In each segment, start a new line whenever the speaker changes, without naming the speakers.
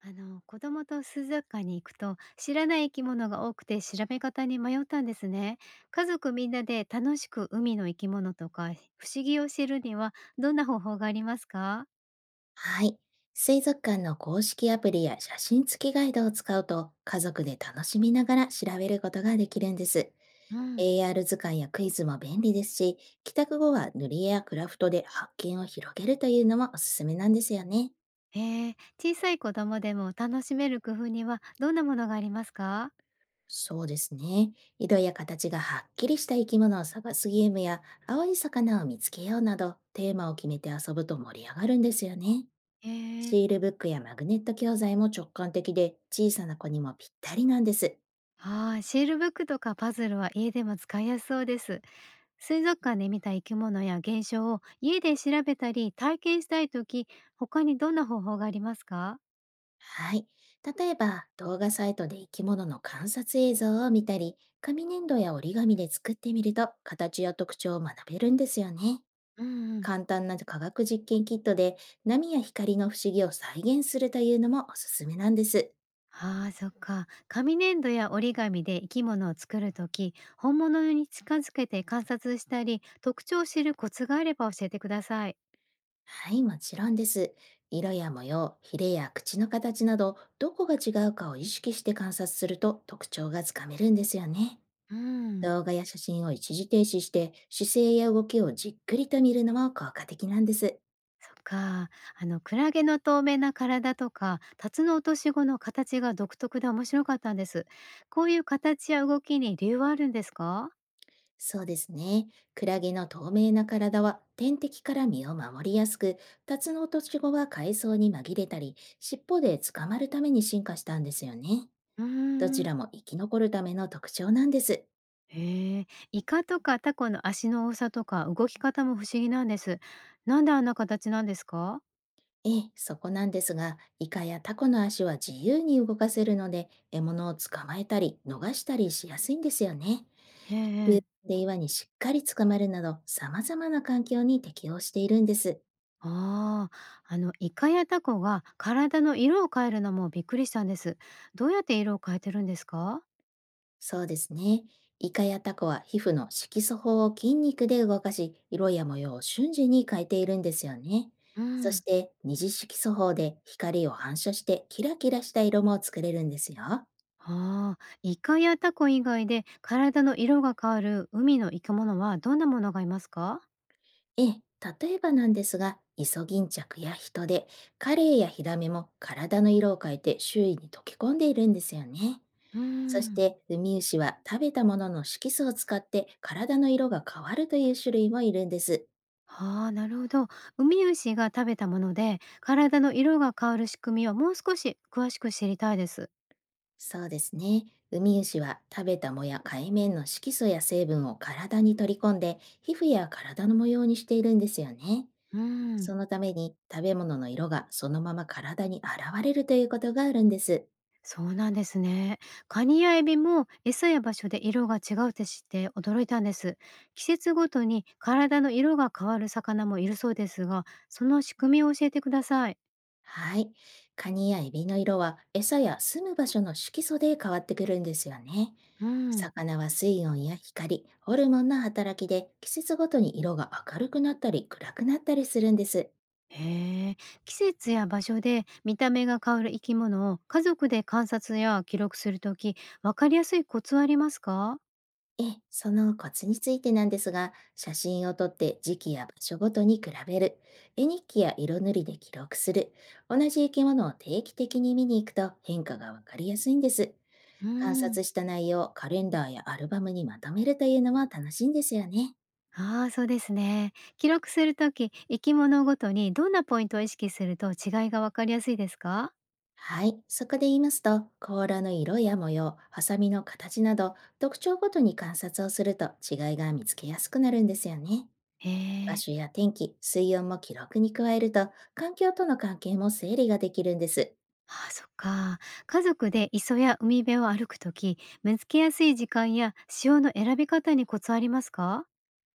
あの、子供と水族館に行くと知らない生き物が多くて調べ方に迷ったんですね。家族みんなで楽しく海の生き物とか不思議を知るにはどんな方法がありますか？
はい。水族館の公式アプリや写真付きガイドを使うと、家族で楽しみながら調べることができるんです。
うん。
AR 図鑑やクイズも便利ですし、帰宅後は塗り絵やクラフトで発見を広げるというのもおすすめなんですよね。
えー、小さい子供でも楽しめる工夫にはどんなものがありますか？
そうですね。色や形がはっきりした生き物を探すゲームや、青い魚を見つけようなど、テーマを決めて遊ぶと盛り上がるんですよね。
へえー、
シールブックやマグネット教材も直感的で、小さな子にもぴったりなんです。
あー、シールブックとかパズルは家でも使いやすそうです。水族館で見た生き物や現象を家で調べたり体験したいとき、他にどんな方法がありますか？
はい。例えば、動画サイトで生き物の観察映像を見たり、紙粘土や折り紙で作ってみると、形や特徴を学べるんですよね。
うんうん。
簡単な科学実験キットで、波や光の不思議を再現するというのもおすすめなんです。
ああ、そっか。紙粘土や折り紙で生き物を作るとき、本物に近づけて観察したり、特徴を知るコツがあれば教えてください。
はい、もちろんです。色や模様、ヒレや口の形など、どこが違うかを意識して観察すると特徴がつかめるんですよね。
うん。
動画や写真を一時停止して姿勢や動きをじっくりと見るのも効果的なんです。
そっか。あの、クラゲの透明な体とか、タツノオトシゴの形が独特で面白かったんです。こういう形や動きに理由はあるんですか？
そうですね。クラゲの透明な体は天敵から身を守りやすく、タツノオトシゴは海藻に紛れたり、尻尾で捕まるために進化したんですよね。
うー
どち
ん。
らも生き残るための特徴なんです。
へえ、イカとかタコの足の多さとか動き方も不思議なんです。なんであんな形なんですか？
ええ、そこなんですが、イカやタコの足は自由に動かせるので、獲物を捕まえたり、逃したりしやすいんですよね。
へ
急
え。
で岩にしっかり捕まるなど、様々な環境に適応しているんです。
ああ、あの、イカやタコが体の色を変えるのもびっくりしたんです。どうやって色を変えてるんですか？
そうですね。イカやタコは皮膚の色素法を筋肉で動かし、色や模様を瞬時に変えているんですよね。
う
そし
ん。
て二次色素法で光を反射してキラキラした色も作れるんですよ。
ああ、イカやタコ以外で体の色が変わる海の生き物はどんなものがいますか？
ええ、例えばなんですが、イソギンチャクやヒトデ、カレイやヒラメも体の色を変えて周囲に溶け込んでいるんですよね。
う
そし
ん。
てウミウシは食べたものの色素を使って体の色が変わるという種類もいるんです。
ああ、なるほど。ウミウシが食べたもので体の色が変わる仕組みをもう少し詳しく知りたいです。
そうですね。ウミウシは食べた藻や海面の色素や成分を体に取り込んで、皮膚や体の模様にしているんですよね。
うん。
そのために食べ物の色がそのまま体に現れるということがあるんです。
そうなんですね。カニやエビも餌や場所で色が違うって知って驚いたんです。季節ごとに体の色が変わる魚もいるそうですが、その仕組みを教えてください。
はい。カニやエビの色は餌や住む場所の色素で変わってくるんですよね。
うん。
魚は水温や光、ホルモンの働きで季節ごとに色が明るくなったり暗くなったりするんです。
へえ。季節や場所で見た目が変わる生き物を家族で観察や記録するとき、わかりやすいコツはありますか？
ええ、そのコツについてなんですが、写真を撮って時期や場所ごとに比べる、絵日記や色塗りで記録する、同じ生き物を定期的に見に行くと変化がわかりやすいんです。
う
観
ん。
察した内容をカレンダーやアルバムにまとめるというのは楽しいんですよね。
ああ、そうですね。記録するとき、生き物ごとにどんなポイントを意識すると違いがわかりやすいですか？
はい。そこで言いますと、甲羅の色や模様、ハサミの形など、特徴ごとに観察をすると違いが見つけやすくなるんですよね。
へ
場
え。
所や天気、水温も記録に加えると、環境との関係も整理ができるんです。
ああ、そっか。家族で磯や海辺を歩くとき、見つけやすい時間や潮の選び方にコツありますか？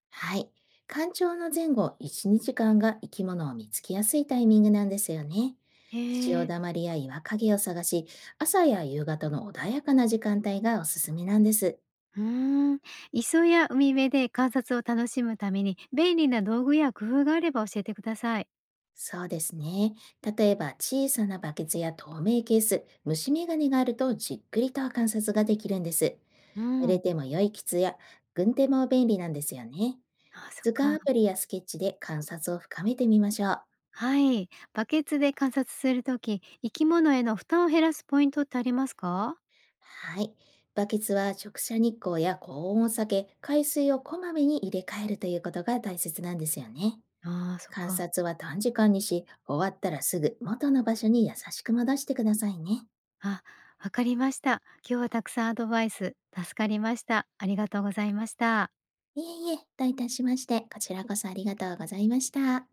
はい。干潮の前後1、日間が生き物を見つけやすいタイミングなんですよね。
へ
潮
え。
だまりや岩陰を探し、朝や夕方の穏やかな時間帯がおすすめなんです。
うーん。磯や海辺で観察を楽しむために便利な道具や工夫があれば教えてください。
そうですね。例えば小さなバケツや透明ケース、虫眼鏡があるとじっくりと観察ができるんです。
う
濡れ
ん。
ても良い靴や軍手も便利なんですよね。
ああ、そっ
図
か。
鑑アプリやスケッチで観察を深めてみましょう。
はい。バケツで観察するとき、生き物への負担を減らすポイントってありますか？
はい。バケツは直射日光や高温を避け、海水をこまめに入れ替えるということが大切なんですよね。
ああ、そっ
観
か。
察は短時間にし、終わったらすぐ元の場所に優しく戻してくださいね。
あ、わかりました。今日はたくさんアドバイス、助かりました。ありがとうございました。
いえいえ、どういたしまして、こちらこそありがとうございました。